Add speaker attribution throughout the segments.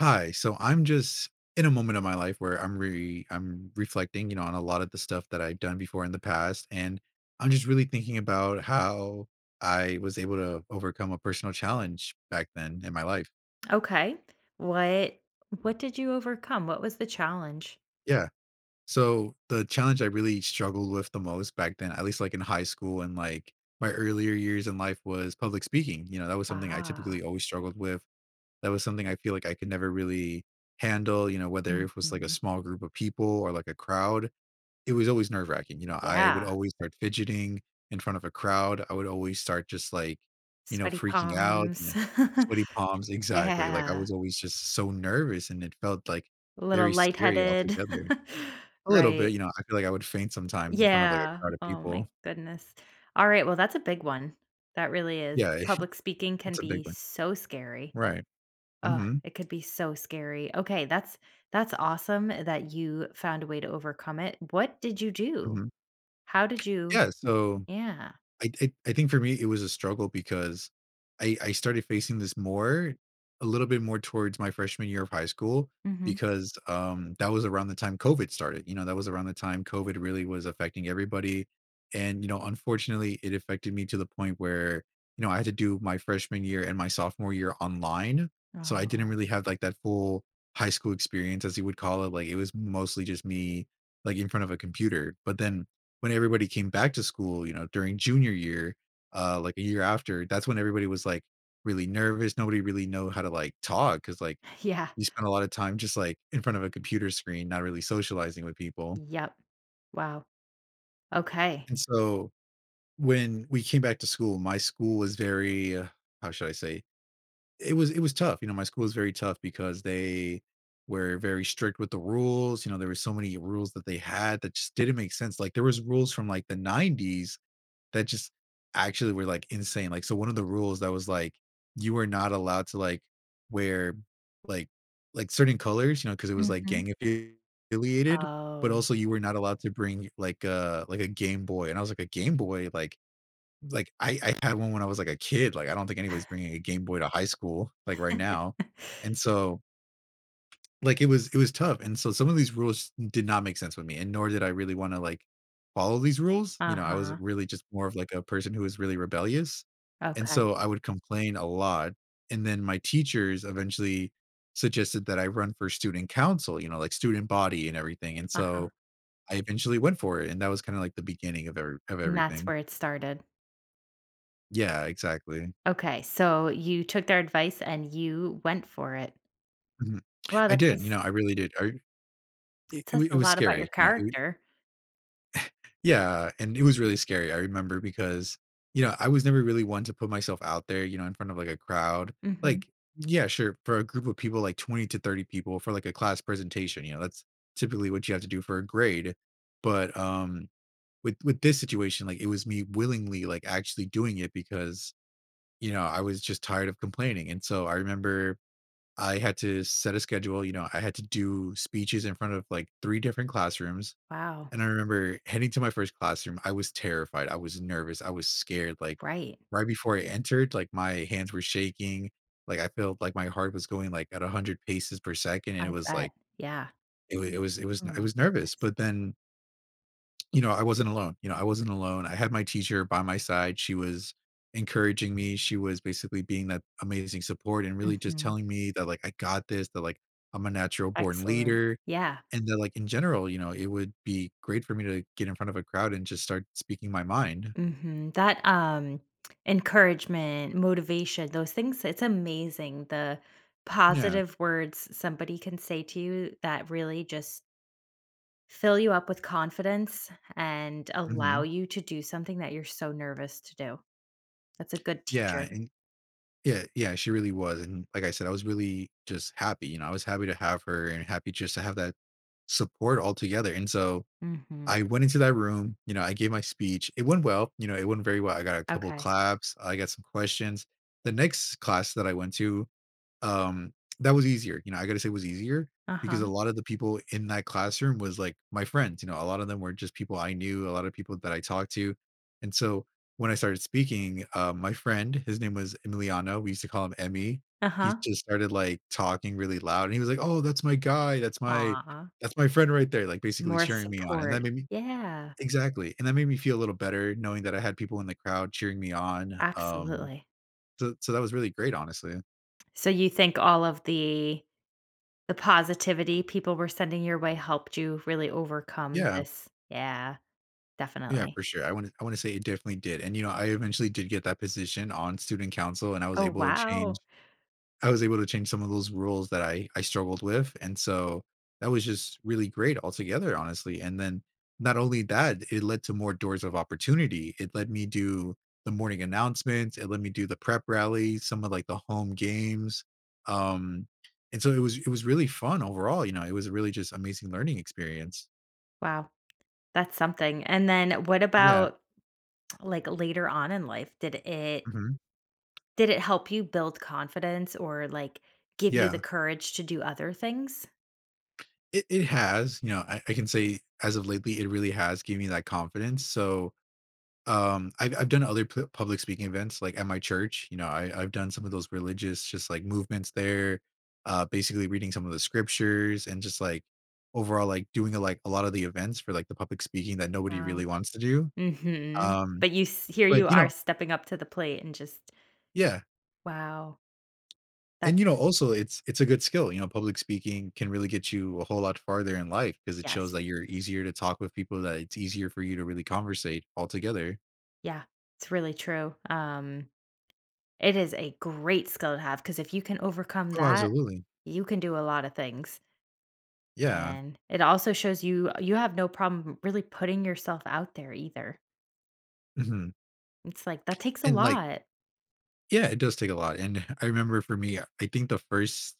Speaker 1: Hi. So I'm just in a moment of my life where I'm reflecting, you know, on a lot of the stuff that I've done before in the past, and I'm just really thinking about how I was able to overcome a personal challenge back then in my life.
Speaker 2: Okay. What what did you overcome? What was the challenge?
Speaker 1: Yeah. So the challenge I really struggled with the most back then, at least like in high school and like my earlier years in life was public speaking. You know, that was something I
Speaker 2: Ah.
Speaker 1: typically always struggled with. That was something I feel like I could never really handle, you know, whether it was like a
Speaker 2: Mhm.
Speaker 1: small group of people or like a crowd. It was always nerve wracking, you know, I would
Speaker 2: Yeah.
Speaker 1: always start fidgeting in front of a crowd, I would always start just, like, you know,
Speaker 2: Sweaty
Speaker 1: freaking out, you know,
Speaker 2: palms.
Speaker 1: sweaty palms exactly, like, I
Speaker 2: Yeah.
Speaker 1: was always just so nervous, and it felt, like,
Speaker 2: A little
Speaker 1: very scary
Speaker 2: lightheaded.
Speaker 1: altogether. A little bit,
Speaker 2: Right.
Speaker 1: you know, I feel like I would faint sometimes in front of, like, a
Speaker 2: Yeah.
Speaker 1: crowd of
Speaker 2: Oh my
Speaker 1: people.
Speaker 2: goodness. All right, well, that's a big one. That really is.
Speaker 1: Yeah,
Speaker 2: Public speaking can
Speaker 1: it's a big
Speaker 2: be
Speaker 1: one.
Speaker 2: so scary.
Speaker 1: Right.
Speaker 2: Oh,
Speaker 1: Mhm,
Speaker 2: it could be so scary. Okay, that's awesome that you found a way to overcome it. What did you do?
Speaker 1: mhm.
Speaker 2: How did you
Speaker 1: Yeah, so
Speaker 2: Yeah.
Speaker 1: I think for me, it was a struggle because I started facing this more a little bit more towards my freshman year of high school
Speaker 2: Mhm.
Speaker 1: because, that was around the time COVID started, you know, that was around the time COVID really was affecting everybody, and, you know, unfortunately, it affected me to the point where, you know, I had to do my freshman year and my sophomore year online, so I didn't
Speaker 2: Oh.
Speaker 1: really have, like, that full high school experience, as you would call it, like, it was mostly just me, like, in front of a computer, but then when everybody came back to school, you know, during junior year, like a year after, that's when everybody was like really nervous. Nobody really know how to like talk because like
Speaker 2: Yeah.
Speaker 1: you spent a lot of time just like in front of a computer screen, not really socializing with people.
Speaker 2: Yep. Wow. Okay.
Speaker 1: And so when we came back to school, my school was very how should I say? it was tough. You know, my school was very tough because they were very strict with the rules. You know, there were so many rules that they had that just didn't make sense. Like there was rules from like the 90s that just actually were like insane. Like, so one of the rules that was like, you were not allowed to like wear like like certain colors, you know, because it was like
Speaker 2: Mhm.
Speaker 1: gang affiliated, but
Speaker 2: Oh.
Speaker 1: also you were not allowed to bring like a Game Boy. And I was like, a Game Boy, like I had one when I was like a kid. Like I don't think anybody's bringing a Game Boy to high school like right now. And so like it was tough and so some of these rules did not make sense with me and nor did I really want to like follow these rules, you know, I was
Speaker 2: Uh-huh.
Speaker 1: really just more of like a person who was really rebellious and
Speaker 2: Okay.
Speaker 1: so I would complain a lot and then my teachers eventually suggested that I run for student council, you know, like student body and everything and
Speaker 2: Uh-huh.
Speaker 1: so I eventually went for it and that was kind of like the beginning of
Speaker 2: And that's
Speaker 1: everything.
Speaker 2: where it started.
Speaker 1: Yeah, exactly.
Speaker 2: Okay, so you took their advice and you went for it.
Speaker 1: Mhm.
Speaker 2: Wow,
Speaker 1: I
Speaker 2: that
Speaker 1: did, you
Speaker 2: says
Speaker 1: know, I really did. I, it,
Speaker 2: that
Speaker 1: it wa-
Speaker 2: says
Speaker 1: it
Speaker 2: a
Speaker 1: was
Speaker 2: lot about your
Speaker 1: scary, you know, it,
Speaker 2: character.
Speaker 1: Yeah, and it was really scary, I remember, because, you know, I was never really one to put myself out there, you know, in front of, like, a crowd.
Speaker 2: Mhm.
Speaker 1: Like, yeah, sure, for a group of people, like, 20 to 30 people for, like, a class presentation, you know, that's typically what you have to do for a grade. But, with this situation, like, it was me willingly, like, actually doing it because, you know, I was just tired of complaining, and so I remember I had to set a schedule, you know, I had to do speeches in front of, like, 3 different classrooms.
Speaker 2: Wow.
Speaker 1: And I remember heading to my first classroom, I was terrified, I was nervous, I was scared, like,
Speaker 2: Right.
Speaker 1: right before I entered, like, my hands were shaking, like, I felt like my heart was going, like, at 100 paces per second, and it
Speaker 2: I
Speaker 1: was
Speaker 2: bet.
Speaker 1: like
Speaker 2: Yeah.
Speaker 1: it wa it was
Speaker 2: Oh
Speaker 1: I
Speaker 2: my
Speaker 1: was nervous,
Speaker 2: goodness.
Speaker 1: but then, you know, I wasn't alone, you know, I wasn't alone, I had my teacher by my side, she was encouraging me, she was basically being that amazing support and really just
Speaker 2: Mhm.
Speaker 1: telling me that, like, "I got this," that, like, "I'm a natural born
Speaker 2: Excellent.
Speaker 1: leader."
Speaker 2: Yeah.
Speaker 1: And that, like, in general, you know, it would be great for me to get in front of a crowd and just start speaking my mind.
Speaker 2: Mhm. That, encouragement, motivation, those things, it's amazing the
Speaker 1: Yeah,
Speaker 2: positive words somebody can say to you that really just fill you up with confidence and allow
Speaker 1: mhm.
Speaker 2: you to do something that you're so nervous to do. That's a good
Speaker 1: Yeah,
Speaker 2: teacher.
Speaker 1: and yeah, yeah, she really was, and like I said, I was really just happy, you know, I was happy to have her and happy just to have that support altogether, and so
Speaker 2: Mhm.
Speaker 1: I went into that room, you know, I gave my speech. It went well, you know, it went very well. I got a couple
Speaker 2: Okay.
Speaker 1: claps, I got some questions. The next class that I went to Um, that was easier, you know, I gotta say it was easier because
Speaker 2: Uh-huh.
Speaker 1: a lot of the people in that classroom was, like, my friends, you know, a lot of them were just people I knew, a lot of people that I talked to, and so when I started speaking, my friend, his name was Emiliano, we used to call him Emmy, he
Speaker 2: Uh-huh.
Speaker 1: just started, like, talking really loud, and he was like, "Oh, that's my guy,
Speaker 2: Aw.
Speaker 1: that's my friend right there," like, basically
Speaker 2: More
Speaker 1: cheering me on, and
Speaker 2: support.
Speaker 1: that made me
Speaker 2: Yeah.
Speaker 1: Exactly, and that made me feel a little better knowing that I had people in the crowd cheering me on,
Speaker 2: Absolutely.
Speaker 1: so that was really great, honestly.
Speaker 2: So you think all of the positivity people were sending your way helped you really overcome
Speaker 1: Yeah.
Speaker 2: this, yeah,
Speaker 1: Yeah,
Speaker 2: definitely.
Speaker 1: for sure. I wanna say it definitely did, and, you know, I eventually did get that position on student council, and
Speaker 2: Oh, wow.
Speaker 1: I was able to change some of those rules that I struggled with, and so that was just really great altogether, honestly, and then not only that, it led to more doors of opportunity. It let me do the morning announcements, it let me do the prep rallies, some of, like, the home games, um, and so it was really fun overall, you know, it was a really just amazing learning experience.
Speaker 2: Wow, that's something, and then what
Speaker 1: Yeah,
Speaker 2: about, like, later on in life? Did it
Speaker 1: mhm,
Speaker 2: did it help you build confidence or, like, give you the
Speaker 1: yeah.
Speaker 2: courage to do other things?
Speaker 1: It has, you know, I can say as of lately, it really has given me that confidence, so, I've done other pu public speaking events, like, at my church, you know, I've done some of those religious just, like, movements there, basically reading some of the scriptures and just, like, overall, like, doing a like, a lot of the events for, like, the public speaking that nobody really
Speaker 2: Wow.
Speaker 1: wants to do,
Speaker 2: Mhm.
Speaker 1: um,
Speaker 2: But you s here you
Speaker 1: but, you
Speaker 2: are
Speaker 1: know
Speaker 2: stepping up to the plate and just
Speaker 1: Yeah.
Speaker 2: wow.
Speaker 1: And, you know,
Speaker 2: That's
Speaker 1: also it's a good skill, you know, public speaking can really get you a whole lot farther in life because it shows
Speaker 2: Yes.
Speaker 1: that you're easier to talk with people, that it's easier for you to really conversate altogether.
Speaker 2: Yeah, it's really true, it is a great skill to have because if you can overcome
Speaker 1: Oh,
Speaker 2: that,
Speaker 1: absolutely.
Speaker 2: you can do a lot of things,
Speaker 1: Yeah.
Speaker 2: and it also shows you have no problem really putting yourself out there either.
Speaker 1: Mhm.
Speaker 2: It's like, that takes a
Speaker 1: And, like
Speaker 2: lot.
Speaker 1: yeah, it does take a lot, and I remember for me, I think the first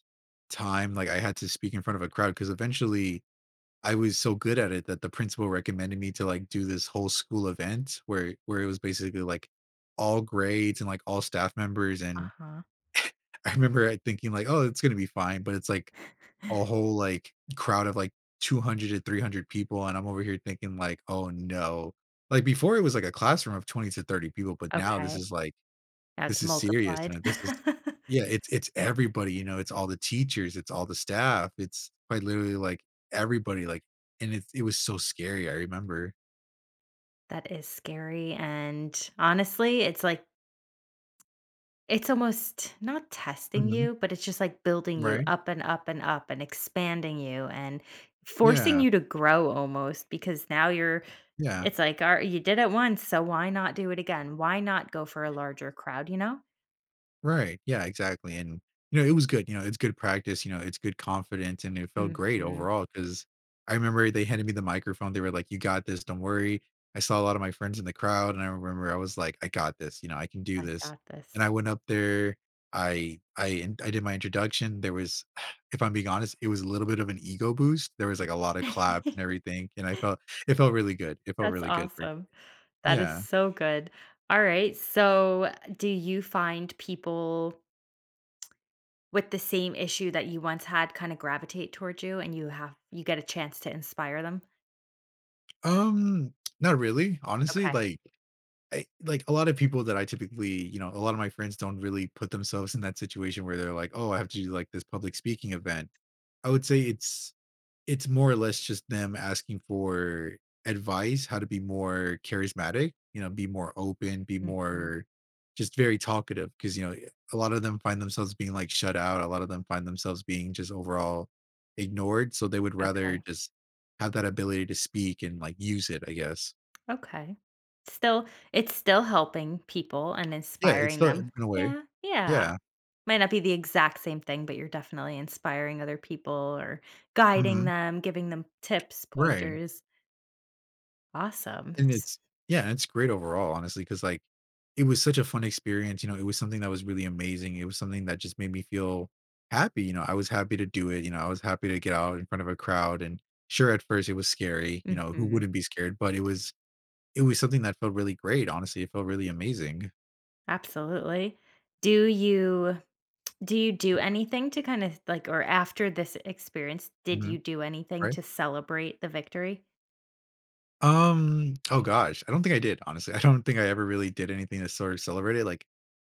Speaker 1: time, like, I had to speak in front of a crowd because eventually I was so good at it that the principal recommended me to, like, do this whole school event where it was basically, like, all grades and, like, all staff members and
Speaker 2: Uh-huh.
Speaker 1: I remember, like, thinking like, "Oh, it's gonna be fine," but it's like a whole, like, crowd of, like, 200 to 300 people, and I'm over here thinking like, "Oh, no." Like, before it was like a classroom of 20 to 30 people, but now this
Speaker 2: Okay,
Speaker 1: is like
Speaker 2: now it's
Speaker 1: this is serious, you
Speaker 2: multiplied.
Speaker 1: know, this is Yeah, it's everybody, you know, it's all the teachers, it's all the staff, it's quite literally, like, everybody, like and it was so scary, I remember.
Speaker 2: That is scary, and honestly, it's like it's almost not testing
Speaker 1: Mhm.
Speaker 2: you, but it's just like building you
Speaker 1: Right?
Speaker 2: up and up and up and expanding you and forcing
Speaker 1: Yeah.
Speaker 2: you to grow almost because now you're
Speaker 1: Yeah.
Speaker 2: it's like, "Ar You did it once, so why not do it again? Why not go for a larger crowd?" You know?
Speaker 1: Right. Yeah, exactly. And, you know, it was good. You know, it's good practice. You know, it's good confidence. And it felt great
Speaker 2: Mhm.
Speaker 1: overall because I remember they handed me the microphone. They were like, you got this. Don't worry. I saw a lot of my friends in the crowd. And I remember I was like, I got this. You know, I can do
Speaker 2: I
Speaker 1: this.
Speaker 2: got
Speaker 1: And
Speaker 2: this.
Speaker 1: I went up there. I did my introduction. There was, if I'm being honest, it was a little bit of an ego boost. There was like a lot of claps and everything. And I felt, it felt really good. It felt
Speaker 2: That's
Speaker 1: really good. For,
Speaker 2: awesome. That is
Speaker 1: yeah.
Speaker 2: so good. All right. So, do you find people with the same issue that you once had kind of gravitate towards you and you get a chance to inspire them?
Speaker 1: Um, not really, honestly.
Speaker 2: Okay.
Speaker 1: Like, like a lot of people that I typically, you know, a lot of my friends don't really put themselves in that situation where they're like, "Oh, I have to do like this public speaking event." I would say it's more or less just them asking for advice, how to be more charismatic, you know, be more open, be
Speaker 2: Mhm.
Speaker 1: more just very talkative because you know, a lot of them find themselves being like shut out, a lot of them find themselves being just overall ignored, so they would rather
Speaker 2: Okay.
Speaker 1: just have that ability to speak and like use it, I guess.
Speaker 2: Okay. Still, it's still helping people and
Speaker 1: Yeah, it's
Speaker 2: inspiring
Speaker 1: still
Speaker 2: them.
Speaker 1: in a way.
Speaker 2: Yeah. Yeah.
Speaker 1: Yeah.
Speaker 2: Might not be the exact same thing, but you're definitely inspiring other people or guiding
Speaker 1: Mhm.
Speaker 2: them, giving them tips,
Speaker 1: Right.
Speaker 2: pointers. Awesome.
Speaker 1: And
Speaker 2: S
Speaker 1: it's yeah, it's great overall, honestly, because like, it was such a fun experience, you know, it was something that was really amazing, it was something that just made me feel happy, you know, I was happy to do it, you know, I was happy to get out in front of a crowd, and sure, at first, it was scary, you know, who
Speaker 2: Mhm.
Speaker 1: wouldn't be scared? But it was something that felt really great, honestly, it felt really amazing.
Speaker 2: Absolutely. Do you do you do anything to kind of, like or after this experience, did you
Speaker 1: Mhm.
Speaker 2: do anything
Speaker 1: Right?
Speaker 2: to celebrate the victory?
Speaker 1: Oh gosh, I don't think I did, honestly, I don't think I ever really did anything to sort of celebrate it, like,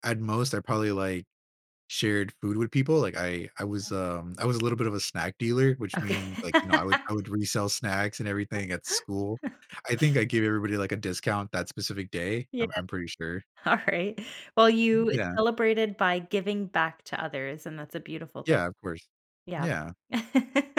Speaker 1: at most, I probably, like, shared food with people, like, I was, I was a little bit of a snack dealer, which
Speaker 2: Okay.
Speaker 1: means, like, you know, I would I would resell snacks and everything at school. I think I gave everybody, like, a discount that specific day,
Speaker 2: Yeah.
Speaker 1: I'm pretty sure.
Speaker 2: Alright. Well, you
Speaker 1: Yeah.
Speaker 2: celebrated by giving back to others, and that's a beautiful thing.
Speaker 1: Yeah, of course.
Speaker 2: Yeah.
Speaker 1: Yeah.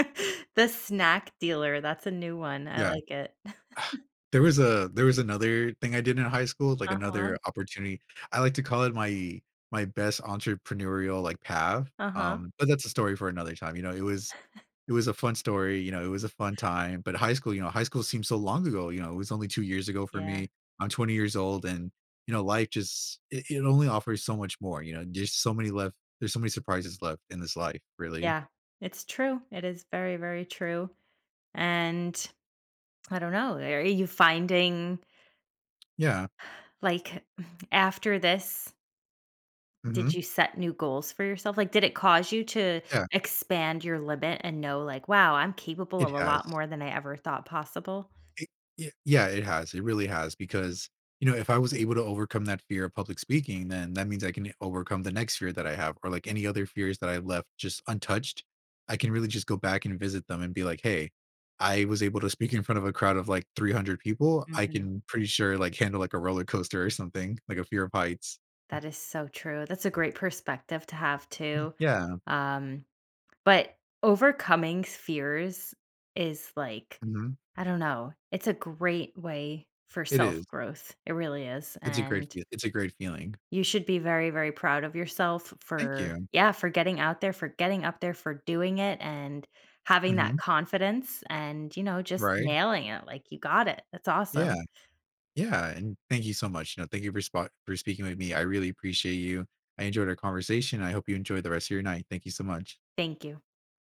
Speaker 2: The snack dealer, that's a new one. I
Speaker 1: Yeah.
Speaker 2: like it.
Speaker 1: There was another thing I did in high school, like,
Speaker 2: Uh-huh.
Speaker 1: another opportunity. I like to call it my best entrepreneurial, like, path,
Speaker 2: Uh-huh.
Speaker 1: but that's a story for another time, you know, it was a fun story, you know, it was a fun time, but high school, you know, high school seems so long ago, you know, it was only 2 years ago for
Speaker 2: Yeah.
Speaker 1: me. I'm 20 years old and, you know, life just it only offers so much more, you know, there's so many surprises left in this life, really.
Speaker 2: Yeah. It's true. It is very, very true. And I don't know, are you finding
Speaker 1: Yeah.
Speaker 2: like after this, did
Speaker 1: Mhm.
Speaker 2: you set new goals for yourself? Like, did it cause you to
Speaker 1: Yeah,
Speaker 2: expand your limit and know, like, wow, I'm capable
Speaker 1: it
Speaker 2: of a
Speaker 1: has.
Speaker 2: lot more than I ever thought possible?
Speaker 1: It y yeah, it has, it really has because, you know, if I was able to overcome that fear of public speaking, then that means I can overcome the next fear that I have or, like, any other fears that I left just untouched. I can really just go back and visit them and be like, "Hey, I was able to speak in front of a crowd of, like, 300 people. I
Speaker 2: Mhm.
Speaker 1: can pretty sure, like, handle, like, a roller coaster or something, like a fear of heights."
Speaker 2: That is so true. That's a great perspective to have too.
Speaker 1: Yeah,
Speaker 2: Um, But overcoming fears is like
Speaker 1: mhm.
Speaker 2: I don't know, it's a great way for
Speaker 1: It is.
Speaker 2: self-growth, it really is, and
Speaker 1: It's a great feeling.
Speaker 2: you should be very, very proud of yourself
Speaker 1: Thank
Speaker 2: for
Speaker 1: you.
Speaker 2: yeah, for getting out there, for getting up there, for doing it, and having that
Speaker 1: Mhm.
Speaker 2: confidence and, you know, just
Speaker 1: Right?
Speaker 2: nailing it, like, you got it, that's
Speaker 1: Yeah.
Speaker 2: awesome.
Speaker 1: Yeah, and thank you so much. You know, thank you for speaking with me. I really appreciate you. I enjoyed our conversation. I hope you enjoy the rest of your night. Thank you so much.
Speaker 2: Thank you.